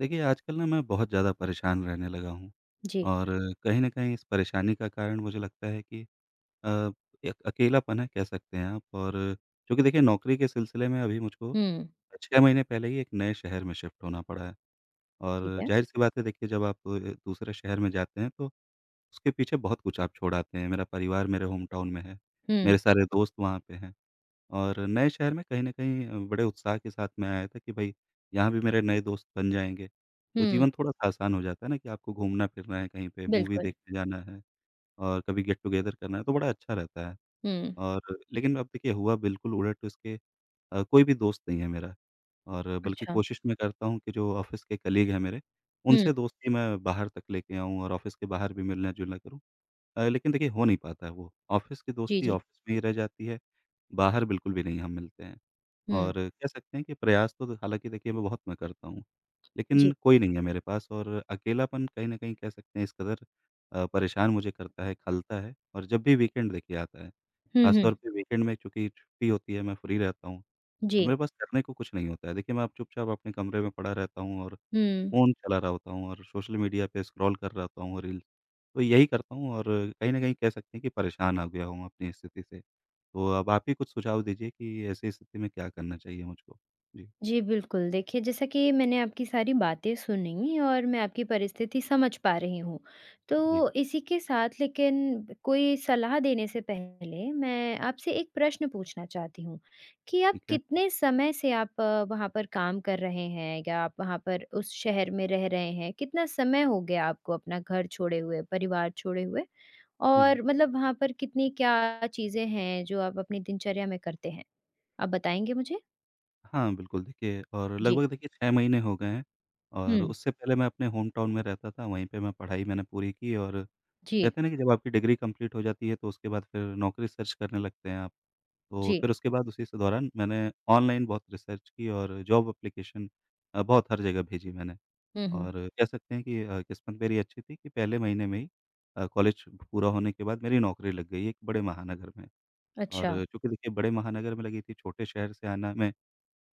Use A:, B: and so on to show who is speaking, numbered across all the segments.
A: देखिए, आजकल ना मैं बहुत ज़्यादा परेशान रहने लगा हूँ
B: जी।
A: और कहीं न कहीं इस परेशानी का कारण मुझे लगता है कि अ, एक अकेलापन है कह सकते हैं आप। और चूँकि देखिए नौकरी के सिलसिले में अभी मुझको
B: हुँ।
A: 6 महीने पहले ही एक नए शहर में शिफ्ट होना पड़ा है
B: ठीक
A: और
B: है?
A: ज़ाहिर-सी बात है। देखिए जब आप दूसरे शहर में जाते हैं तो उसके पीछे बहुत कुछ आप छोड़ आते हैं। मेरा परिवार मेरे होम टाउन में है,
B: हुँ,
A: मेरे सारे दोस्त वहाँ पे हैं और नए शहर में कहीं न कहीं बड़े उत्साह के साथ मैं आया था कि भई यहाँ भी मेरे नए दोस्त बन जाएँगे। तो
B: हुँ,
A: जीवन थोड़ा-सा आसान हो जाता है ना कि आपको घूमना-फिरना है कहीं पे, मूवी
B: बिल्कुल।
A: देखने जाना है और कभी गेट टुगेदर करना है तो बड़ा अच्छा रहता है।
B: हुँ,
A: और लेकिन अब देखिए हुआ बिल्कुल उलट इसके। कोई भी दोस्त नहीं है मेरा और बल्कि
B: अच्छा।
A: कोशिश मैं करता हूँ कि जो ऑफ़िस के कलीग हैं मेरे,
B: हुँ,
A: उनसे दोस्ती मैं बाहर तक लेके आऊँ और ऑफ़िस के बाहर भी मिलना-जुलना करूँ। लेकिन देखिए हो नहीं पाता है वो। ऑफ़िस की
B: जी,
A: दोस्ती
B: जी।
A: ऑफ़िस में ही रह जाती है, बाहर बिल्कुल भी नहीं हम मिलते हैं।
B: हुँ,
A: और कह सकते हैं कि प्रयास तो हालाँकि देखिए मैं बहुत मैं करता हूँ,
B: जी।
A: लेकिन कोई नहीं है मेरे पास और अकेलापन कहीं न कहीं कह सकते हैं इस कदर परेशान मुझे करता है, खलता है। और जब भी वीकेंड देखिए आता है,
B: हुँ, हुँ,
A: ख़ासतौर पे वीकेंड में चूँकि छुट्टी होती है, मैं फ्री रहता हूँ, तो
B: जी।
A: मेरे पास करने को कुछ नहीं होता है। देखिए मैं अब चुपचाप अपने कमरे में पड़ा रहता हूँ और
B: हुँ।
A: फ़ोन चला रहा होता हूँ और सोशल मीडिया पे स्क्रॉल कर रहा होता हूँ, रील्स तो यही करता हूँ। और कहीं न कहीं कह सकते हैं कि परेशान हो गया हूँ अपनी स्थिति से। तो अब आप ही कुछ सुझाव दीजिए कि ऐसी स्थिति में क्या करना चाहिए मुझको? जी,
B: जी, बिल्कुल। देखिए, जैसा कि मैंने आपकी सारी बातें सुनी और मैं आपकी परिस्थिति समझ पा रही हूँ।
A: जी,
B: तो इसी के साथ लेकिन कोई सलाह देने से पहले मैं आपसे एक प्रश्न पूछना चाहती हूँ कि आप
A: ठीक है।
B: कितने समय से आप वहाँ पर काम कर रहे हैं या आप वहाँ पर उस शहर में रह रहे हैं? कितना समय हो गया आपको अपना घर छोड़े हुए, परिवार छोड़े हुए?
A: जी।
B: और मतलब वहाँ पर कितनी क्या चीज़ें हैं जो आप अपनी दिनचर्या में करते हैं? आप बताएँगे मुझे?
A: हाँ, बिल्कुल देखिए। और
B: जी।
A: लगभग देखिए 6 महीने हो गए हैं। और
B: हुँ।
A: उससे पहले मैं अपने होम टाउन में रहता था, वहीं पे मैं पढ़ाई मैंने पूरी की। और
B: जी।
A: कहते हैं ना कि जब आपकी डिग्री कंप्लीट हो जाती है तो उसके बाद फिर नौकरी सर्च करने लगते हैं आप। तो
B: जी।
A: फिर उसके बाद उसी से दौरान मैंने ऑनलाइन बहुत रिसर्च की और जॉब एप्लीकेशन बहुत हर जगह भेजी मैंने।
B: हुँ, हुँ।
A: और कह सकते हैं कि किस्मत मेरी अच्छी थी कि पहले महीने में ही कॉलेज पूरा होने के बाद मेरी नौकरी लग गई एक बड़े महानगर में।
B: अच्छा,
A: और चूँकि देखिए बड़े महानगर में लगी थी, छोटे शहर से आना मैं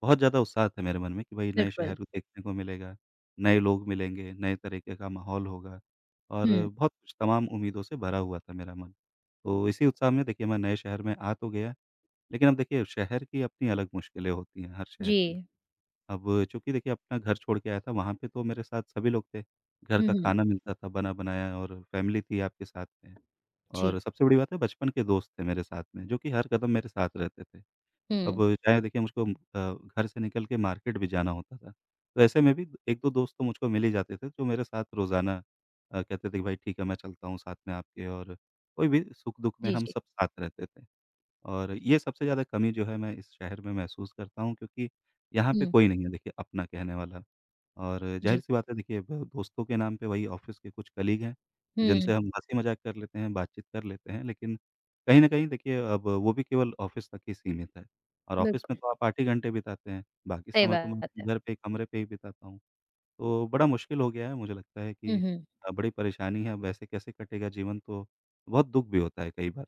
A: बहुत ज़्यादा उत्साह था मेरे मन में कि भई नए
B: बिल्कुल।
A: शहर देखने को मिलेगा, नए लोग मिलेंगे, नए तरीके का माहौल होगा और
B: हुँ,
A: बहुत कुछ तमाम उम्मीदों से भरा हुआ था मेरा मन। तो इसी उत्साह में देखिए मैं नए शहर में आ तो गया, लेकिन अब देखिए शहर की अपनी अलग मुश्किलें होती हैं, हर शहर
B: जी।
A: की। अब चूँकि देखिए अपना घर छोड़ के आया था, वहाँ पे तो मेरे साथ सभी लोग थे। घर
B: हुँ,
A: का
B: हुँ,
A: खाना मिलता था बना-बनाया और फैमिली थी आपके साथ में।
B: जी।
A: और सबसे बड़ी बात है बचपन के दोस्त थे मेरे साथ में, जो कि हर कदम मेरे साथ रहते थे।
B: हुँ,
A: अब चाहे देखिए मुझको घर से निकल के मार्केट भी जाना होता था, तो ऐसे में भी 1-2 दोस्त तो मुझको मिल ही जाते थे, जो मेरे साथ रोज़ाना कहते थे कि भाई ठीक है मैं चलता हूँ साथ में आपके। और कोई भी सुख-दुख में
B: जी,
A: हम
B: जी।
A: सब साथ रहते थे। और ये सबसे ज़्यादा कमी जो है मैं इस शहर में महसूस करता हूँ क्योंकि यहाँ पे
B: हुँ,
A: कोई नहीं है देखिए अपना कहने वाला। और
B: जी।
A: ज़ाहिर-सी बात है देखिए ब दोस्तों के नाम पे वही ऑफ़िस के कुछ कलीग हैं,
B: हुँ,
A: जिनसे हम हँसी-मज़ाक कर लेते हैं, बातचीत कर लेते हैं लेकिन कहीं न कहीं देखिए अब वो भी केवल ऑफ़िस तक ही सीमित है। और ऑफ़िस में
B: बिल्कुल,
A: तो आप 8 ही घंटे बिताते हैं, बाकी
B: सही
A: समय तो मैं
B: बात
A: अपने
B: है।
A: घर पे कमरे पे ही बिताता हूँ। तो बड़ा मुश्किल हो गया है मुझे लगता है
B: हुँ,
A: कि
B: हुँ,
A: बड़ी परेशानी है, अब ऐसे कैसे कटेगा जीवन, तो बहुत दुःख भी होता है कई बार।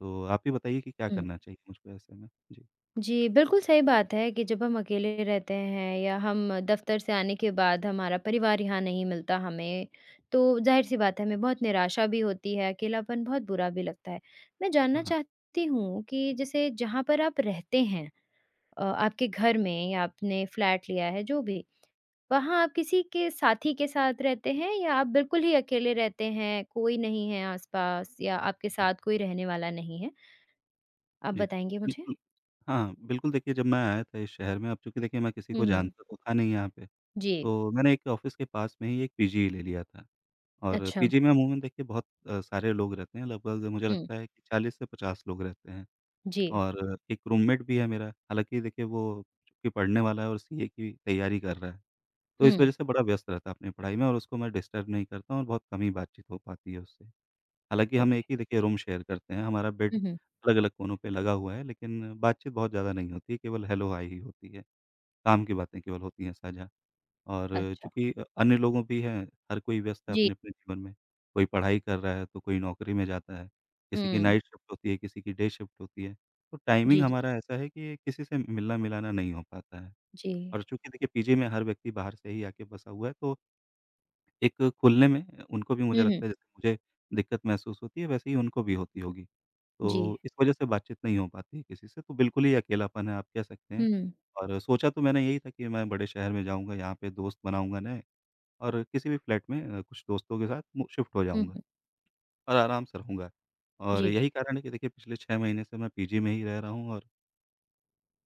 A: तो आप ही बताइए कि क्या
B: हुँ।
A: करना चाहिए मुझको ऐसे में? जी।
B: जी, बिल्कुल सही बात है कि जब हम अकेले रहते हैं या हम दफ़्तर से आने के बाद हमारा परिवार यहाँ नहीं मिलता हमें, तो ज़ाहिर-सी बात है हमें बहुत निराशा भी होती है, अकेलापन बहुत बुरा भी लगता है। मैं जानना
A: हाँ,
B: चाहती हूँ कि जैसे जहाँ पर आप रहते हैं, आपके घर में या आपने फ्लैट लिया है, जो भी, वहाँ आप किसी के साथी के साथ रहते हैं या आप बिल्कुल ही अकेले रहते हैं, कोई नहीं है आस-पास या आपके
A: हुँ,
B: साथ कोई रहने वाला नहीं है? आप
A: जी।
B: बताएँगे मुझे?
A: बिल्कुल। हाँ, बिल्कुल देखिए। जब मैं आया था इस शहर में अब चूँकि देखिए मैं किसी
B: हुँ,
A: को
B: हुँ।
A: जानता तो था नहीं यहाँ पे,
B: जी।
A: तो मैंने एक ऑफ़िस के पास में ही एक पीजी ले लिया था। और
B: अच्छा।
A: पीजी में अमूमन देखिए बहुत सारे लोग रहते हैं, लगभग मुझे
B: हुँ।
A: लगता है कि 40 से 50 लोग रहते हैं।
B: जी।
A: और एक रूममेट भी है मेरा, हालाँकि देखिए वो चूँकि पढ़ने वाला है और सीए की तैयारी कर रहा है, तो इस
B: हुँ।
A: वजह से बड़ा व्यस्त रहता है अपनी पढ़ाई में और उसको मैं डिस्टर्ब नहीं करता हूँ और बहुत कम ही बातचीत हो पाती है उससे। हालाँकि हम एक
B: ओके।
A: ही देखिए रूम शेयर करते हैं, हमारा बेड
B: हुँ, हुँ।
A: अलग-अलग कोनों पे लगा हुआ है, लेकिन बातचीत बहुत ज़्यादा नहीं होती है, केवल हेलो हाय ही होती है। काम की बातें केवल होती हैं साझा। और
B: अच्छा।
A: चूँकि अन्य लोगों भी हैं, हर कोई व्यस्त है
B: जी।
A: अपने-अपने जीवन में, कोई पढ़ाई कर रहा है, तो कोई नौकरी में जाता है, किसी की
B: हुँ।
A: नाइट शिफ्ट होती है, किसी की डे शिफ्ट होती है। तो
B: जी,
A: टाइमिंग
B: जी,
A: हमारा ऐसा है कि किसी से मिलना-मिलाना नहीं हो पाता है।
B: जी।
A: और चूँकि देखिए पीजी में हर व्यक्ति बाहर से ही आके बसा हुआ है, तो एक खुलने में उनको भी, मुझे
B: हुँ, हुँ।
A: लगता है जैसे मुझे दिक्कत महसूस होती है वैसे ही उनको भी होती होगी।
B: जी।
A: तो इस वजह से बातचीत नहीं हो पाती है किसी से, तो बिल्कुल ही अकेलापन है आप कह सकते हैं।
B: हुँ।
A: और सोचा तो मैंने यही था कि मैं बड़े शहर में जाऊँगा, यहाँ पे दोस्त बनाऊँगा नए और किसी भी फ्लैट में कुछ दोस्तों के साथ मु शिफ्ट हो
B: हुँ,
A: जाऊँगा
B: हुँ।
A: और आराम से रहूँगा। और
B: जी।
A: यही कारण है कि देखिए पिछले 6 महीने से मैं पीजी में ही रह रहा हूँ और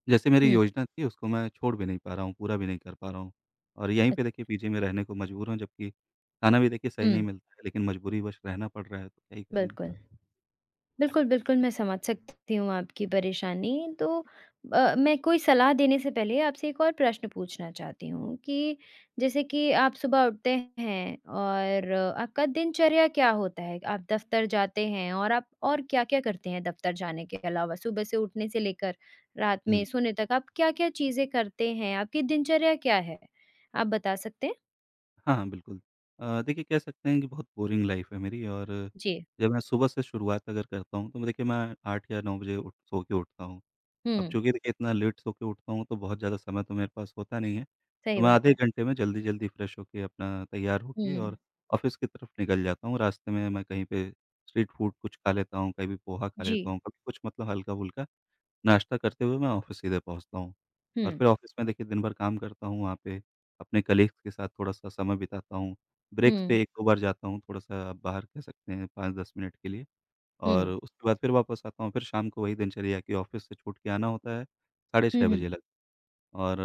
A: जैसे मेरी
B: हुँ।
A: योजना थी उसको मैं छोड़ भी नहीं पा रहा हूँ, पूरा भी नहीं कर पा रहा हूँ। और यहीं
B: अ,
A: पे देखिए पीजी में रहने को मजबूर हूँ, जबकि खाना भी देखिए सही नहीं
B: हुँ,
A: मिलता है लेकिन मजबूरीवश रहना पड़ रहा है तो क्या ही करे
B: बिल्कुल।
A: इंसान।
B: बिल्कुल, बिल्कुल, मैं समझ सकती हूँ आपकी परेशानी। तो मैं कोई सलाह देने से पहले आपसे एक और प्रश्न पूछना चाहती हूँ कि जैसे कि आप सुबह उठते हैं और आपका दिनचर्या क्या होता है? आप दफ़्तर जाते हैं और आप और क्या-क्या करते हैं दफ़्तर जाने के अलावा? सुबह से उठने से लेकर रात में
A: जी।
B: सोने तक आप क्या-क्या चीज़ें करते हैं? आपकी दिनचर्या क्या है? आप बता सकते हैं?
A: हाँ, हाँ, बिल्कुल। देखिए कह सकते हैं कि बहुत बोरिंग लाइफ़ है मेरी। और
B: जी।
A: जब मैं सुबह से शुरुआत अगर करता हूँ तो मैं देखिए मैं 8 या 9 बजे उठ, सो के उठता हूँ। अब
B: हुँ,
A: चूँकि देखिए इतना लेट सो के उठता हूँ, तो बहुत ज़्यादा समय तो मेरे पास होता नहीं है। तो
B: सही
A: मैं
B: बात
A: आधे
B: है।
A: घंटे में जल्दी-जल्दी फ्रेश होके, अपना तैयार होके
B: हुँ,
A: और ऑफ़िस की तरफ निकल जाता हूँ। रास्ते में मैं कहीं पे स्ट्रीट फूड कुछ खा लेता हूँ, कभी पोहा खा
B: जी।
A: लेता हूँ, कभी कुछ मतलब हल्का-फुल्का नाश्ता करते हुए मैं ऑफ़िस सीधे पहुँचता हूँ।
B: हुँ,
A: और फिर ऑफ़िस में देखिए दिन भर काम करता हूँ, वहाँ पे अपने कलीग्स के साथ थोड़ा-सा समय बिताता हूँ। ब्रेक्स
B: हुँ,
A: पे 1-2 बार जाता हूँ, थोड़ा-सा आप बाहर कह सकते हैं 5-10 मिनट के लिए।
B: हुँ।
A: और उसके बाद फिर वापस आता हूँ, फिर शाम को वही दिनचर्या कि ऑफ़िस से छूट के आना होता है साढ़े
B: हुँ,
A: 6
B: हुँ।
A: बजे लग। और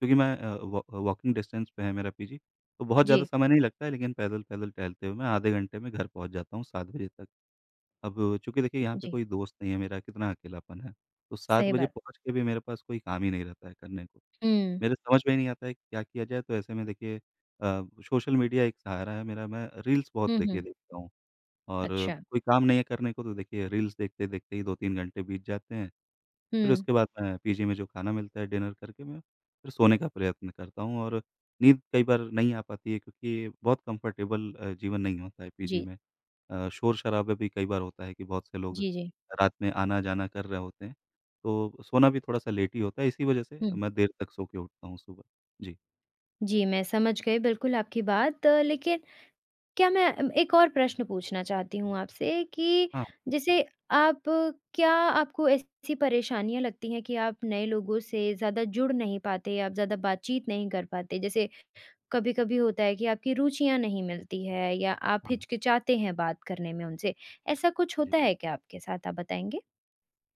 A: क्योंकि मैं, अ, वॉ वॉकिंग डिस्टेंस पे है मेरा पीजी, तो बहुत ज़्यादा
B: जी।
A: समय नहीं लगता है लेकिन पैदल-पैदल टहलते हुए मैं आधे घंटे में घर पहुँच जाता हूँ 7 बजे तक। अब चूँकि देखिए यहाँ पे
B: जी,
A: कोई दोस्त नहीं है मेरा, कितना अकेलापन है, तो 7
B: सही
A: बजे
B: बात।
A: पहुँच के भी मेरे पास कोई काम ही नहीं रहता है करने को।
B: हुँ।
A: मेरे समझ में ही नहीं आता है कि क्या किया जाए? तो ऐसे में देखिए सोशल मीडिया एक सहारा है मेरा, मैं रील्स बहुत
B: हुँ,
A: देखिए
B: हुँ।
A: देखता हूँ। और
B: अच्छा।
A: कोई काम नहीं है करने को तो देखिए रील्स देखते-देखते ही 2-3 घंटे बीत जाते हैं। फिर
B: हुँ।
A: उसके बाद मैं पीजी में जो खाना मिलता है डिनर करके मैं फिर सोने का प्रयत्न करता हूँ और नींद कई बार नहीं आ पाती है क्योंकि बहुत कंफर्टेबल जीवन नहीं होता है पीजी
B: जी,
A: में। शोर-शराबा भी कई बार होता है कि बहुत से लोग
B: जी, जी।
A: रात में आना-जाना कर रहे होते हैं, तो सोना भी थोड़ा-सा लेट ही होता है, इसी वजह से
B: हुँ।
A: मैं देर तक सो के उठता हूँ सुबह। जी।
B: जी, मैं समझ गई बिल्कुल आपकी बात लेकिन क्या मैं एक और प्रश्न पूछना चाहती हूँ आपसे कि
A: हाँ।
B: जैसे आप क्या आपको ऐसी परेशानियाँ लगती हैं कि आप नए लोगों से ज़्यादा जुड़ नहीं पाते, आप ज़्यादा बातचीत नहीं कर पाते? जैसे कभी-कभी होता है कि आपकी रुचियाँ नहीं मिलती है या आप
A: हाँ। हुँ।
B: हिचकिचाते हैं बात करने में उनसे। ऐसा कुछ
A: जी।
B: होता है क्या आपके साथ? आप बताएँगे?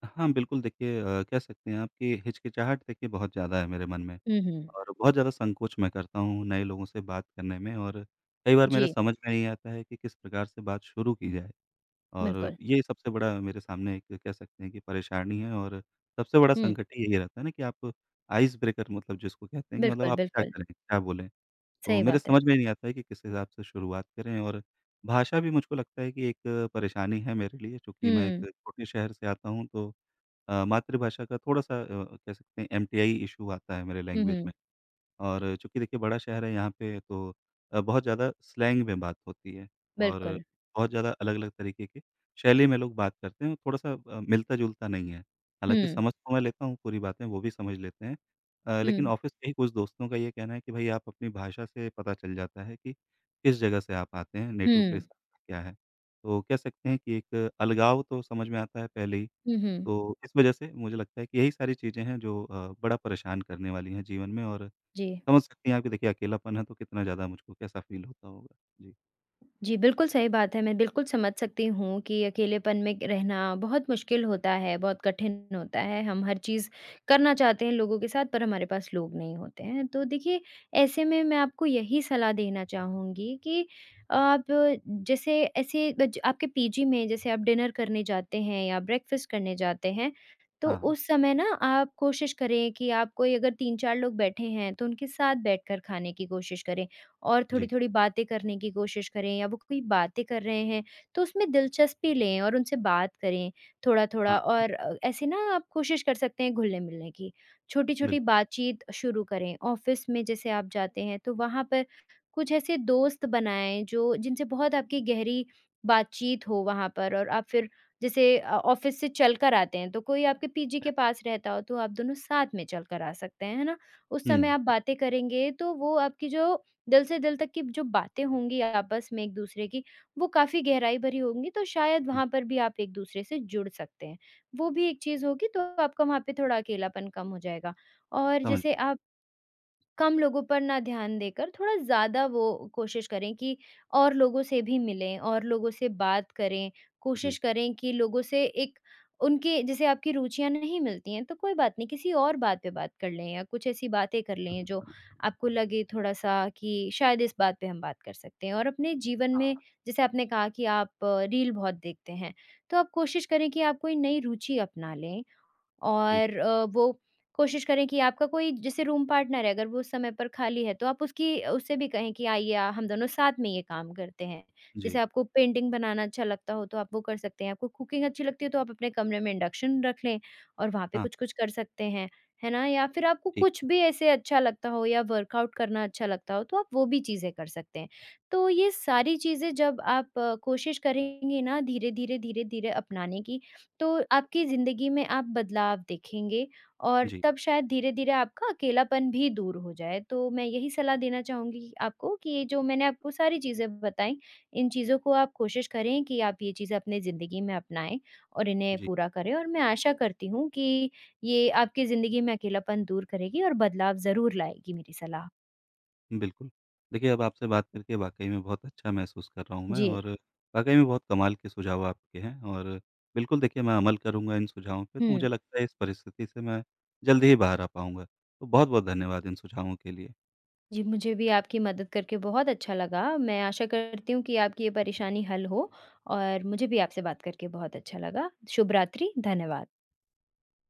A: हाँ, बिल्कुल देखिए। कह सकते हैं आप कि हिचकिचाहट देखिए बहुत ज़्यादा है मेरे मन में
B: हुँ, हुँ।
A: और बहुत ज़्यादा संकोच मैं करता हूँ नए लोगों से बात करने में। और कई बार मेरे
B: जी,
A: समझ में नहीं आता है कि किस प्रकार से बात शुरू की जाए। और
B: बिल्कुल।
A: ये सबसे बड़ा मेरे सामने एक, कह सकते हैं कि, परेशानी है और सबसे बड़ा
B: हुँ,
A: संकट ही यही रहता है ना कि आप आइस ब्रेकर मतलब जिसको कहते हैं कि, मतलब
B: बिल्कुल,
A: आप क्या
B: बिल्कुल,
A: करें, क्या बोलें? तो
B: सही
A: मेरे
B: बात है।
A: समझ में नहीं आता है कि किस हिसाब से शुरुआत करें। और भाषा भी मुझको लगता है कि एक परेशानी है मेरे लिए, चूँकि मैं एक
B: हुँ,
A: छोटे शहर से आता हूँ तो मातृभाषा का थोड़ा-सा कह सकते हैं एमटीआई इश्यू आता है मेरे
B: हुँ,
A: लैंग्वेज
B: हुँ,
A: में। और चूँकि देखिए बड़ा शहर है यहाँ पे तो बहुत ज़्यादा स्लैंग में बात होती है। और
B: बिल्कुल।
A: बहुत ज़्यादा अलग-अलग तरीके के शैली में लोग बात करते हैं, थोड़ा-सा मिलता-जुलता नहीं है। हालाँकि
B: हुँ,
A: समझ तो मैं लेता हूँ पूरी बातें, वो भी समझ लेते हैं। लेकिन
B: हुँ,
A: ऑफ़िस के ही कुछ दोस्तों का ये कहना है कि भई आप, अपनी भाषा से पता चल जाता है कि किस जगह से आप आते हैं, नेटिव
B: हुँ,
A: प्लेस आपका क्या है। तो कह सकते हैं कि एक अलगाव तो समझ में आता है पहले ही।
B: हुँ, हुँ,
A: तो इस वजह से मुझे लगता है कि यही सारी चीज़ें हैं जो बड़ा परेशान करने वाली हैं जीवन में। और
B: जी।
A: समझ सकती हैं आप कि देखिए अकेलापन है तो कितना ज़्यादा मुझको कैसा फ़ील होता होगा। जी।
B: जी, बिल्कुल सही बात है। मैं बिल्कुल समझ सकती हूँ कि अकेलेपन में रहना बहुत मुश्किल होता है, बहुत कठिन होता है। हम हर चीज़ करना चाहते हैं लोगों के साथ, पर हमारे पास लोग नहीं होते हैं। तो देखिए, ऐसे में मैं आपको यही सलाह देना चाहूँगी कि
A: जी,
B: आप, जैसे ऐसे बज आपके पीजी में जैसे आप डिनर करने जाते हैं या ब्रेकफ़ास्ट करने जाते हैं, तो
A: हाँ, हाँ।
B: उस समय ना आप कोशिश करें कि आप, कोई अगर 3-4 लोग बैठे हैं, तो उनके साथ बैठकर खाने की कोशिश करें। और
A: जी।
B: थोड़ी-थोड़ी बातें करने की कोशिश करें, या वो कोई बातें कर रहे हैं, तो उसमें दिलचस्पी लें और उनसे बात करें थोड़ा-थोड़ा।
A: हाँ, हाँ।
B: और ऐसे ना आप कोशिश कर सकते हैं घुलने-मिलने की। छोटी-छोटी
A: बिल्कुल।
B: बातचीत शुरू करें। ऑफ़िस में जैसे आप जाते हैं तो वहाँ पर कुछ ऐसे दोस्त बनाएँ जो जिनसे बहुत आपकी गहरी बातचीत हो वहाँ पर। और आप फिर जैसे ऑफ़िस से चलकर आते हैं, तो कोई आपके पीजी के पास रहता हो तो आप दोनों साथ में चलकर आ सकते हैं, है ना? उस
A: हुँ,
B: समय आप
A: हुँ,
B: बातें करेंगे तो वो आपकी जो दिल से दिल तक की जो बातें होंगी आपस में एक-दूसरे की, वो काफ़ी गहराई भरी होंगी, तो शायद
A: हुँ।
B: वहाँ पर भी आप एक-दूसरे से जुड़ सकते हैं। वो भी एक चीज़ होगी, तो आपका वहाँ पे थोड़ा अकेलापन कम हो जाएगा। और
A: समझ।
B: जैसे आप कम लोगों पर ना ध्यान देकर थोड़ा ज़्यादा वो कोशिश करें कि और लोगों से भी मिलें और लोगों से बात करें, कोशिश
A: जी।
B: करें कि लोगों से एक, उनके, जैसे आपकी रुचियाँ नहीं मिलती हैं, तो कोई बात नहीं, किसी और बात पे बात कर लें या कुछ ऐसी बातें कर लें जो आपको लगे थोड़ा-सा कि शायद इस बात पे हम बात कर सकते हैं। और अपने जीवन
A: हाँ,
B: में, जैसे आपने कहा कि आप रील बहुत देखते हैं, तो आप कोशिश करें कि आप कोई नई रुचि अपना लें।
A: ठीक।
B: और वो कोशिश करें कि आपका कोई जैसे रूम पार्टनर है, अगर वो उस समय पर खाली है, तो आप उसकी उससे भी कहें कि आइए हम दोनों साथ में ये काम करते हैं। जैसे
A: जी।
B: आपको पेंटिंग बनाना अच्छा लगता हो तो आप वो कर सकते हैं, आपको कुकिंग अच्छी लगती है तो आप अपने कमरे में इंडक्शन रख लें और वहाँ पे
A: हाँ,
B: कुछ-कुछ कर सकते हैं, है ना? या फिर आपको
A: ठीक।
B: कुछ भी ऐसे अच्छा लगता हो या वर्कआउट करना अच्छा लगता हो तो आप वो भी चीज़ें कर सकते हैं। तो ये सारी चीज़ें जब आप कोशिश करेंगे ना, धीरे-धीरे, धीरे-धीरे अपनाने की, तो आपकी ज़िंदगी में आप बदलाव देखेंगे, और
A: जी।
B: तब शायद धीरे-धीरे आपका अकेलापन भी दूर हो जाए। तो मैं यही सलाह देना चाहूँगी आपको कि ये जो मैंने आपको सारी चीज़ें बताई, इन चीज़ों को आप कोशिश करें कि आप ये चीज़ें अपनी ज़िंदगी में अपनाएँ और इन्हें
A: जी।
B: पूरा करें, और मैं आशा करती हूँ कि ये आपकी ज़िंदगी में अकेलापन दूर करेगी और बदलाव ज़रूर लाएगी मेरी सलाह।
A: बिल्कुल। देखिए, अब आपसे बात करके वाक़ई में बहुत अच्छा महसूस कर रहा हूँ मैं
B: जी।
A: और वाक़ई में बहुत कमाल के सुझाव आपके हैं। और बिल्कुल देखिए मैं अमल करूँगा इन सुझावों पे, तो मुझे
B: हुँ।
A: लगता है इस परिस्थिति से मैं जल्दी ही बाहर आ पाऊँगा। तो बहुत-बहुत धन्यवाद इन सुझावों के लिए।
B: जी, मुझे भी आपकी मदद करके बहुत अच्छा लगा। मैं आशा करती हूँ कि आपकी ये परेशानी हल हो, और मुझे भी आपसे बात करके बहुत अच्छा लगा। शुभ रात्रि, धन्यवाद।